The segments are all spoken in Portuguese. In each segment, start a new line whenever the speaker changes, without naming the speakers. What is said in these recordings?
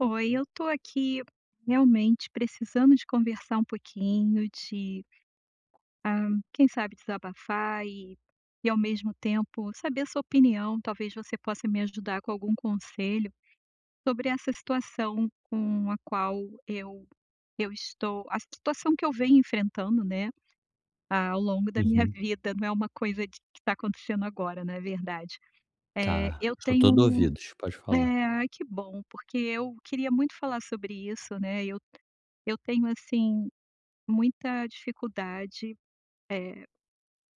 Oi, eu tô aqui realmente precisando de conversar um pouquinho, de, quem sabe desabafar e ao mesmo tempo saber a sua opinião, talvez você possa me ajudar com algum conselho sobre essa situação com a qual eu estou a situação que eu venho enfrentando, né, ao longo da minha
Uhum.
vida, não é uma coisa de que está acontecendo agora, não é verdade. É,
Tá,
eu
sou
tenho
todo
um
ouvidos, pode falar.
é, ai que bom, porque eu queria muito falar sobre isso, né, eu tenho, assim, muita dificuldade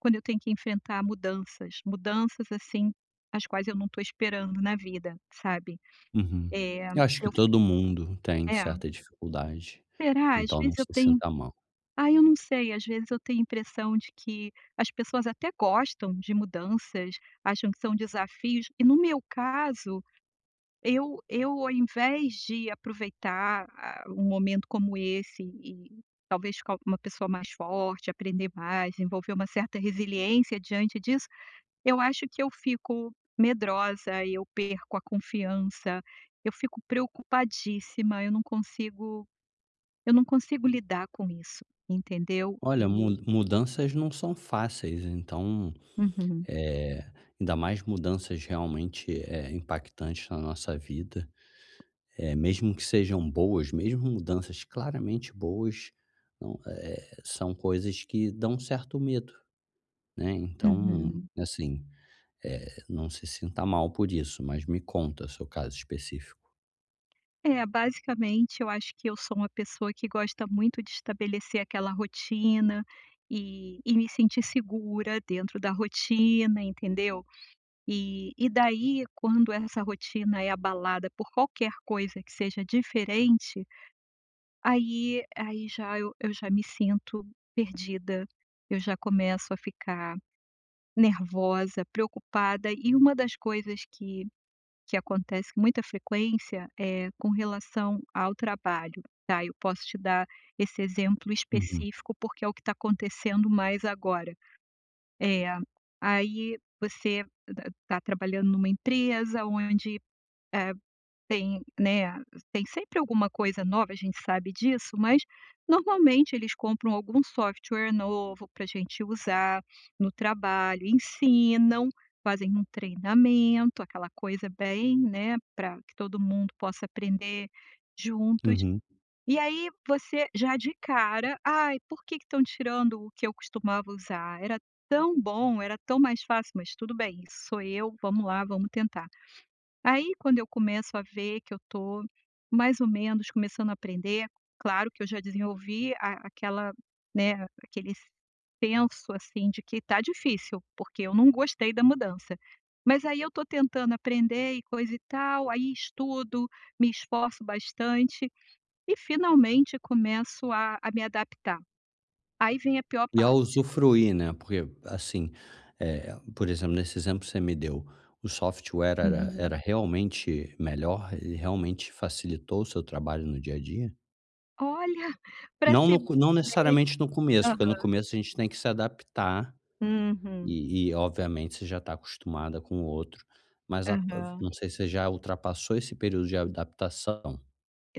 quando eu tenho que enfrentar mudanças, mudanças, assim, as quais eu não estou esperando na vida, sabe.
Uhum.
Eh,
Eu acho que
eu f
todo mundo tem
é.
certa dificuldade,
Será? Às
então não
vezes
se
eu tenho
sinta mal.
eu não sei, às vezes eu tenho a impressão de que as pessoas até gostam de mudanças, acham que são desafios, e no meu caso, eu ao invés de aproveitar a um momento como esse e talvez ficar uma pessoa mais forte, aprender mais, desenvolver uma certa resiliência diante disso, eu acho que eu fico medrosa, eu perco a confiança, eu fico preocupadíssima, eu não consigo lidar com isso, entendeu?
Olha, mu
E
mudanças não são fáceis, então,
uhum,
é ainda mais mudanças realmente, impactantes na nossa vida, é mesmo que sejam boas, mesmo mudanças claramente boas, não, são coisas que dão um certo medo, né, então,
uhum.
assim. Não se sinta mal por isso, mas me conta seu caso específico.
É, basicamente, eu acho que eu sou uma pessoa que gosta muito de estabelecer aquela rotina e me sentir segura dentro da rotina, entendeu? E daí, quando essa rotina é abalada por qualquer coisa que seja diferente, aí já me sinto perdida, eu já começo a ficar nervosa, preocupada. E uma das coisas que acontece com muita frequência é com relação ao trabalho, tá? Eu posso te dar esse exemplo
Uhum,
específico, porque é o que está acontecendo mais agora. É, aí você está trabalhando numa empresa onde, eh tem, né, tem sempre alguma coisa nova, a gente sabe disso, mas normalmente eles compram algum software novo para a gente usar no trabalho, ensinam, fazem um treinamento, aquela coisa bem, né, para que todo mundo possa aprender juntos.
uhum.
E aí você já de cara, ai, por que estão tirando o que eu costumava usar? Era tão bom, era tão mais fácil, mas tudo bem, isso sou eu, vamos lá, vamos tentar. Aí, quando eu começo a ver que eu tô mais ou menos começando a aprender, claro que eu já desenvolvi a aquela, né, aquele senso, assim, de que tá difícil, porque eu não gostei da mudança. Mas aí eu tô tentando aprender e coisa e tal, aí estudo, me esforço bastante e finalmente começo a me adaptar. Aí vem a pior
E ao
parte.
usufruir, né, porque assim, por exemplo, nesse exemplo que você me deu, o software era
Uhum.
era realmente melhor? Ele realmente facilitou o seu trabalho no dia a dia?
Olha, para se.
Não
Bem.
necessariamente no começo, porque no começo a gente tem que se adaptar
Uhum.
e obviamente você já está acostumada com o outro, mas a
Aham.
não sei se você já ultrapassou esse período de adaptação.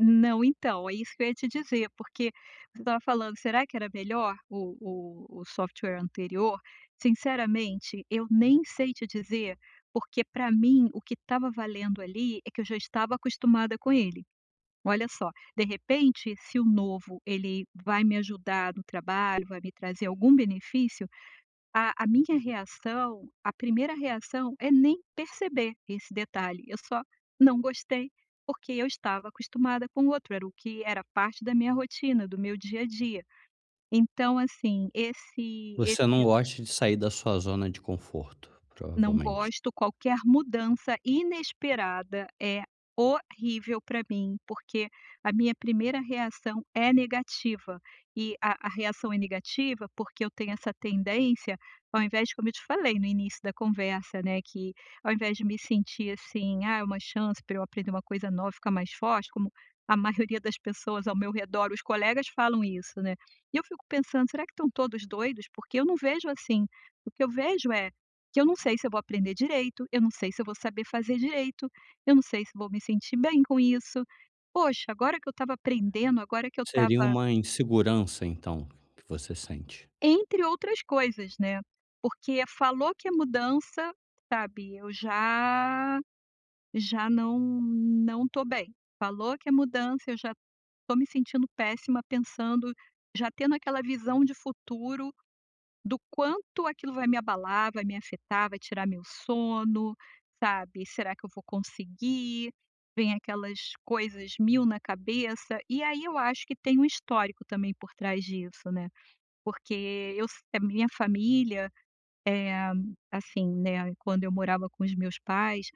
Não, então, é isso que eu ia te dizer, porque você estava falando: "Será que era melhor o software anterior?" Sinceramente, eu nem sei te dizer, porque para mim o que estava valendo ali é que eu já estava acostumada com ele. Olha só, de repente, se o novo ele vai me ajudar no trabalho, vai me trazer algum benefício, a minha reação, a primeira reação é nem perceber esse detalhe, eu só não gostei, porque eu estava acostumada com o outro, era o que era parte da minha rotina, do meu dia a dia. Então assim, esse
Você não
esse
gosta de sair da sua zona de conforto,
Não
provavelmente.
gosto, qualquer mudança inesperada é horrível para mim, porque a minha primeira reação é negativa. E a reação é negativa, porque eu tenho essa tendência, ao invés de como eu te falei no início da conversa, né, que ao invés de me sentir assim: "Ah, é uma chance para eu aprender uma coisa nova, ficar mais forte", como a maioria das pessoas ao meu redor, os colegas falam isso, né. E eu fico pensando: "Será que estão todos doidos?", porque eu não vejo assim. O que eu vejo é que eu não sei se eu vou aprender direito, eu não sei se eu vou saber fazer direito, eu não sei se vou me sentir bem com isso. Poxa, agora que eu estava aprendendo, agora que eu
Seria
estava
uma insegurança, então, que você sente.
entre outras coisas, né, porque falou que é mudança, sabe, eu já já não tô bem. Falou que é mudança, eu já tô me sentindo péssima pensando já tendo aquela visão de futuro. Do quanto aquilo vai me abalar, vai me afetar, vai tirar meu sono, sabe? Será que eu vou conseguir? Vem aquelas coisas mil na cabeça, e aí eu acho que tem um histórico também por trás disso, né? Porque eu s a minha família, é assim, né, quando eu morava com os meus pais,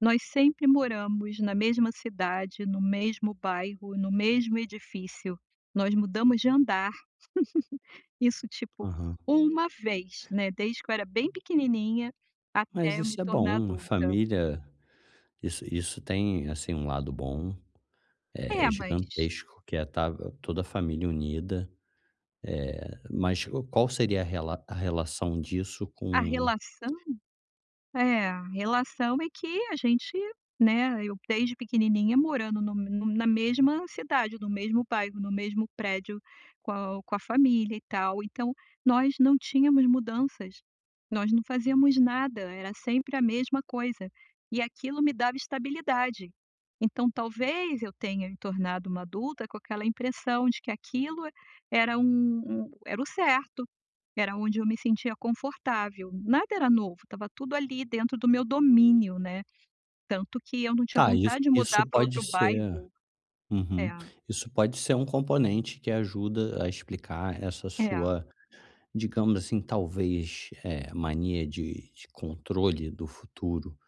nós sempre moramos na mesma cidade, no mesmo bairro, no mesmo edifício. Nós mudamos de andar isso, tipo,
Aham.
uma vez, né, desde que eu era bem pequenininha
Mas
até eu me
isso é
tornar
bom, a
adulta.
família, isso tem, assim, um lado bom,
É, mas
gigantesco, que é tá toda a família unida, mas qual seria a relação disso
a
com
relação. É, a relação é que a gente, né, eu desde pequenininha morando na mesma cidade, no mesmo bairro, no mesmo prédio com a família e tal, então nós não tínhamos mudanças, nós não fazíamos nada, era sempre a mesma coisa, e aquilo me dava estabilidade. Então talvez eu tenha me tornado uma adulta com aquela impressão de que aquilo era um era o certo. Era onde eu me sentia confortável. Nada era novo, estava tudo ali dentro do meu domínio, né. Tanto que eu não tinha
tá, isso
vontade de
isso
mudar para
pode
outro
ser.
bairro. É,
Uhum. Isso pode ser um componente que ajuda a explicar essa
é,
sua, digamos assim, talvez, mania de controle do futuro,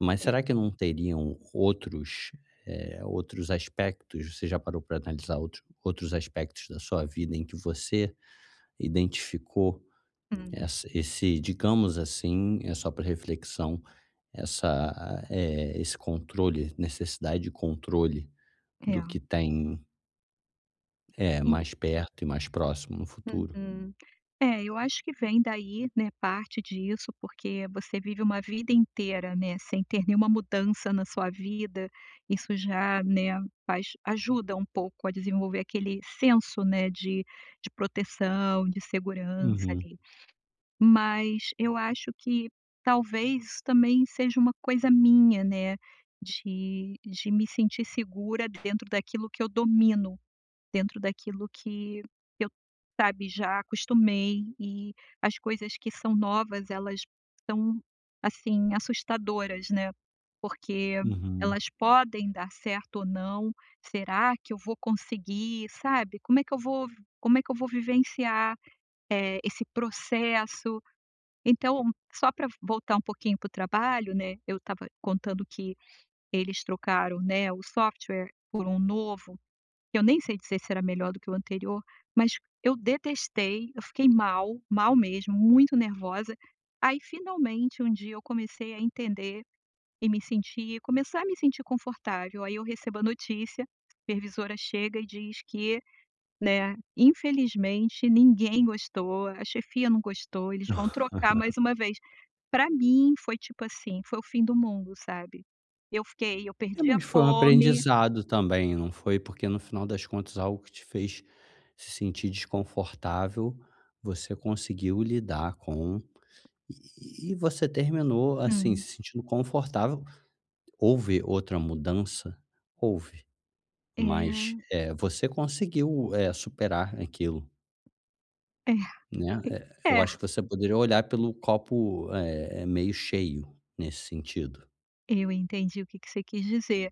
mas
é.
será que não teriam outros, outros aspectos? Você já parou para analisar outros aspectos da sua vida em que você identificou
Hum,
essa esse, digamos assim, é só para reflexão, essa, esse controle, necessidade de controle
é.
do que tem, é
En
mais perto e mais próximo no futuro?
uhum. É, eu acho que vem daí, né, parte disso, porque você vive uma vida inteira, né, sem ter nenhuma mudança na sua vida, isso já, né, faz ajuda um pouco a desenvolver aquele senso, né, de proteção, de segurança
Uhum,
ali. Mas eu acho que talvez também seja uma coisa minha, né, de me sentir segura dentro daquilo que eu domino, dentro daquilo que eu, sabe, já acostumei e as coisas que são novas, elas são, assim, assustadoras, né, porque
uhum.
elas podem dar certo ou não. Será que eu vou conseguir, sabe? Como é que eu vou vivenciar, esse processo? Então, só para voltar um pouquinho para o trabalho, né, eu estava contando que eles trocaram, né, o software por um novo, eu nem sei dizer se era melhor do que o anterior, mas eu detestei, eu fiquei mal, mal mesmo, muito nervosa. Aí finalmente um dia eu comecei a entender e me sentir começar a me sentir confortável, aí eu recebo a notícia, a supervisora chega e diz que, né, infelizmente ninguém gostou, a chefia não gostou, eles vão trocar mais uma vez. Pra mim foi tipo assim, foi o fim do mundo, sabe. Eu
É,
perdi a
mas foi um
fome
aprendizado também, não foi porque no final das contas algo que te fez se sentir desconfortável, você conseguiu lidar com e você terminou, assim,
hum,
se sentindo confortável. Houve outra mudança? Houve, mas,
é,
você conseguiu, superar aquilo,
é,
né. Eu
é,
acho que você poderia olhar pelo copo, meio cheio nesse sentido.
eu entendi o que que você quis dizer.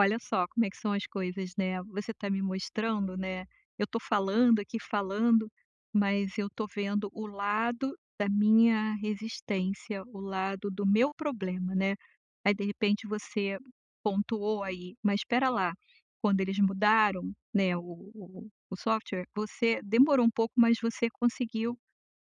Olha só como é que são as coisas, né. Você está me mostrando, né, eu estou falando aqui, falando, mas eu estou vendo o lado da minha resistência, o lado do meu problema, né. Aí, de repente, você pontuou aí, mas espera lá, quando eles mudaram, né, o software, você demorou um pouco, mas você conseguiu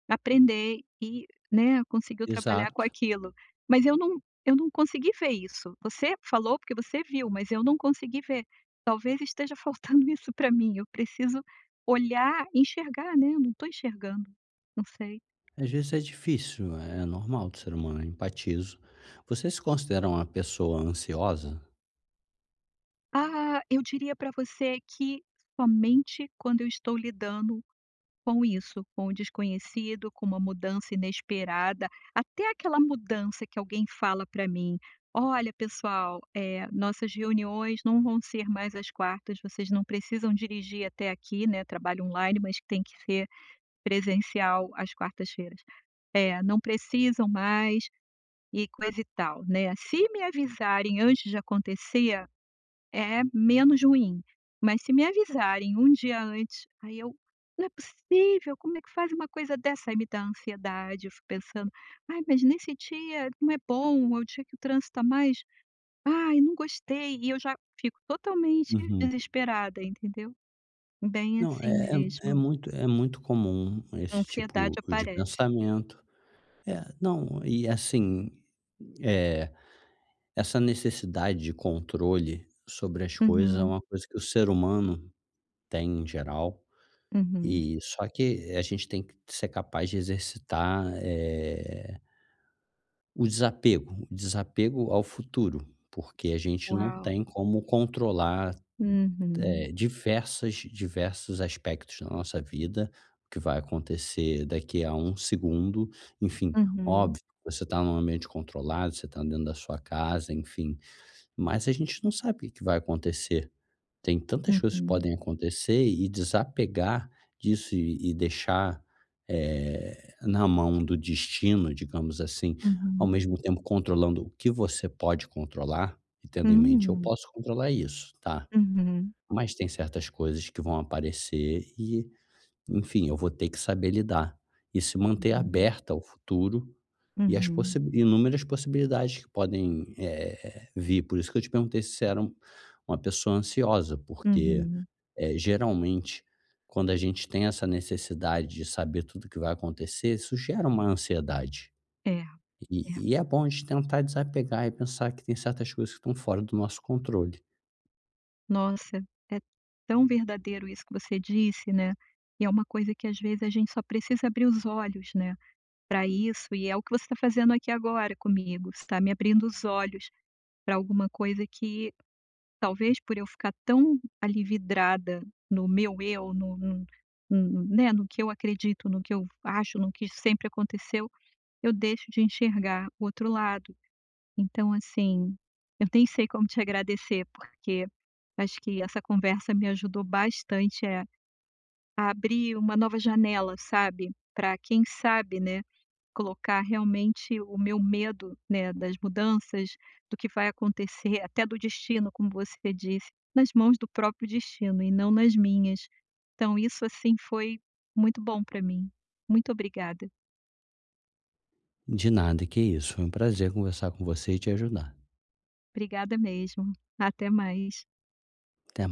aprender e, né, conseguiu trabalhar com
Exato.
aquilo. Mas eu não consegui ver isso. Você falou porque você viu, mas eu não consegui ver. Talvez esteja faltando isso para mim, eu preciso olhar, enxergar, né, eu não estou enxergando, não sei.
Às vezes é difícil, é normal do ser humano, eu empatizo. Você se considera uma pessoa ansiosa?
Ah, eu diria para você que somente quando eu estou lidando com isso, com o desconhecido, com uma mudança inesperada, até aquela mudança que alguém fala para mim: "Olha pessoal, nossas reuniões não vão ser mais às quartas, vocês não precisam dirigir até aqui, né, trabalho online, mas tem que ser presencial às quartas-feiras. É, não precisam mais", e coisa e tal, né. Se me avisarem antes de acontecer é menos ruim, mas se me avisarem um dia antes, aí eu: "Não é possível, como é que faz uma coisa dessa?" Aí me dá ansiedade, eu fico pensando: "Ai, mas nesse dia não é bom, é o dia que o trânsito tá mais ai, não gostei", e eu já fico totalmente
Uhum.
desesperada, entendeu? Bem
Não,
assim
é
mesmo,
muito muito comum
a
esse tipo
ansiedade
de
aparece.
pensamento. É, não, e assim, eh, essa necessidade de controle sobre as coisas é
Uhum,
uma coisa que o ser humano tem em geral,
uhum.
e só que a gente tem que ser capaz de exercitar, o desapego, o desapego ao futuro, porque a gente não
Uau.
tem como controlar,
Uhum,
diversas diversos aspectos da nossa vida, o que vai acontecer daqui a um segundo, enfim,
uhum,
óbvio, você está num ambiente controlado, você está dentro da sua casa, enfim, mas a gente não sabe o que que vai acontecer. Tem tantas coisas que
uhum,
podem acontecer e desapegar disso e deixar, na mão do destino, digamos assim, ao
uhum.
mesmo tempo controlando o que você pode controlar e tendo em mente: "Eu
Hum.
posso controlar isso, tá,
Uhum,
mas tem certas coisas que vão aparecer e, enfim, eu vou ter que saber lidar", e se manter
uhum,
aberta ao futuro e as possi
uhum.
inúmeras possibilidades que podem, vir. Por isso que eu te perguntei se você era uma pessoa ansiosa, porque
Uhum.
é, geralmente, quando a gente tem essa necessidade de saber tudo que vai acontecer, isso gera uma ansiedade.
É, é.
E é bom a gente tentar desapegar e pensar que tem certas coisas que estão fora do nosso controle.
Nossa, é tão verdadeiro isso que você disse, né, e é uma coisa que às vezes a gente só precisa abrir os olhos, né, para isso, e é o que você está fazendo aqui agora comigo, você tá me abrindo os olhos para alguma coisa que talvez por eu ficar tão ali vidrada no meu eu, no né, no que eu acredito, no que eu acho, no que sempre aconteceu, eu deixo de enxergar o outro lado. Então, assim, eu nem sei como te agradecer, porque acho que essa conversa me ajudou bastante, a abrir uma nova janela, sabe, para quem sabe, né, colocar realmente o meu medo, né, das mudanças, do que vai acontecer, até do destino, como você disse, nas mãos do próprio destino e não nas minhas. Então isso, assim, foi muito bom para mim. Muito obrigada.
De nada, que isso. Foi um prazer conversar com você e te ajudar.
Obrigada mesmo. Até mais.
Até.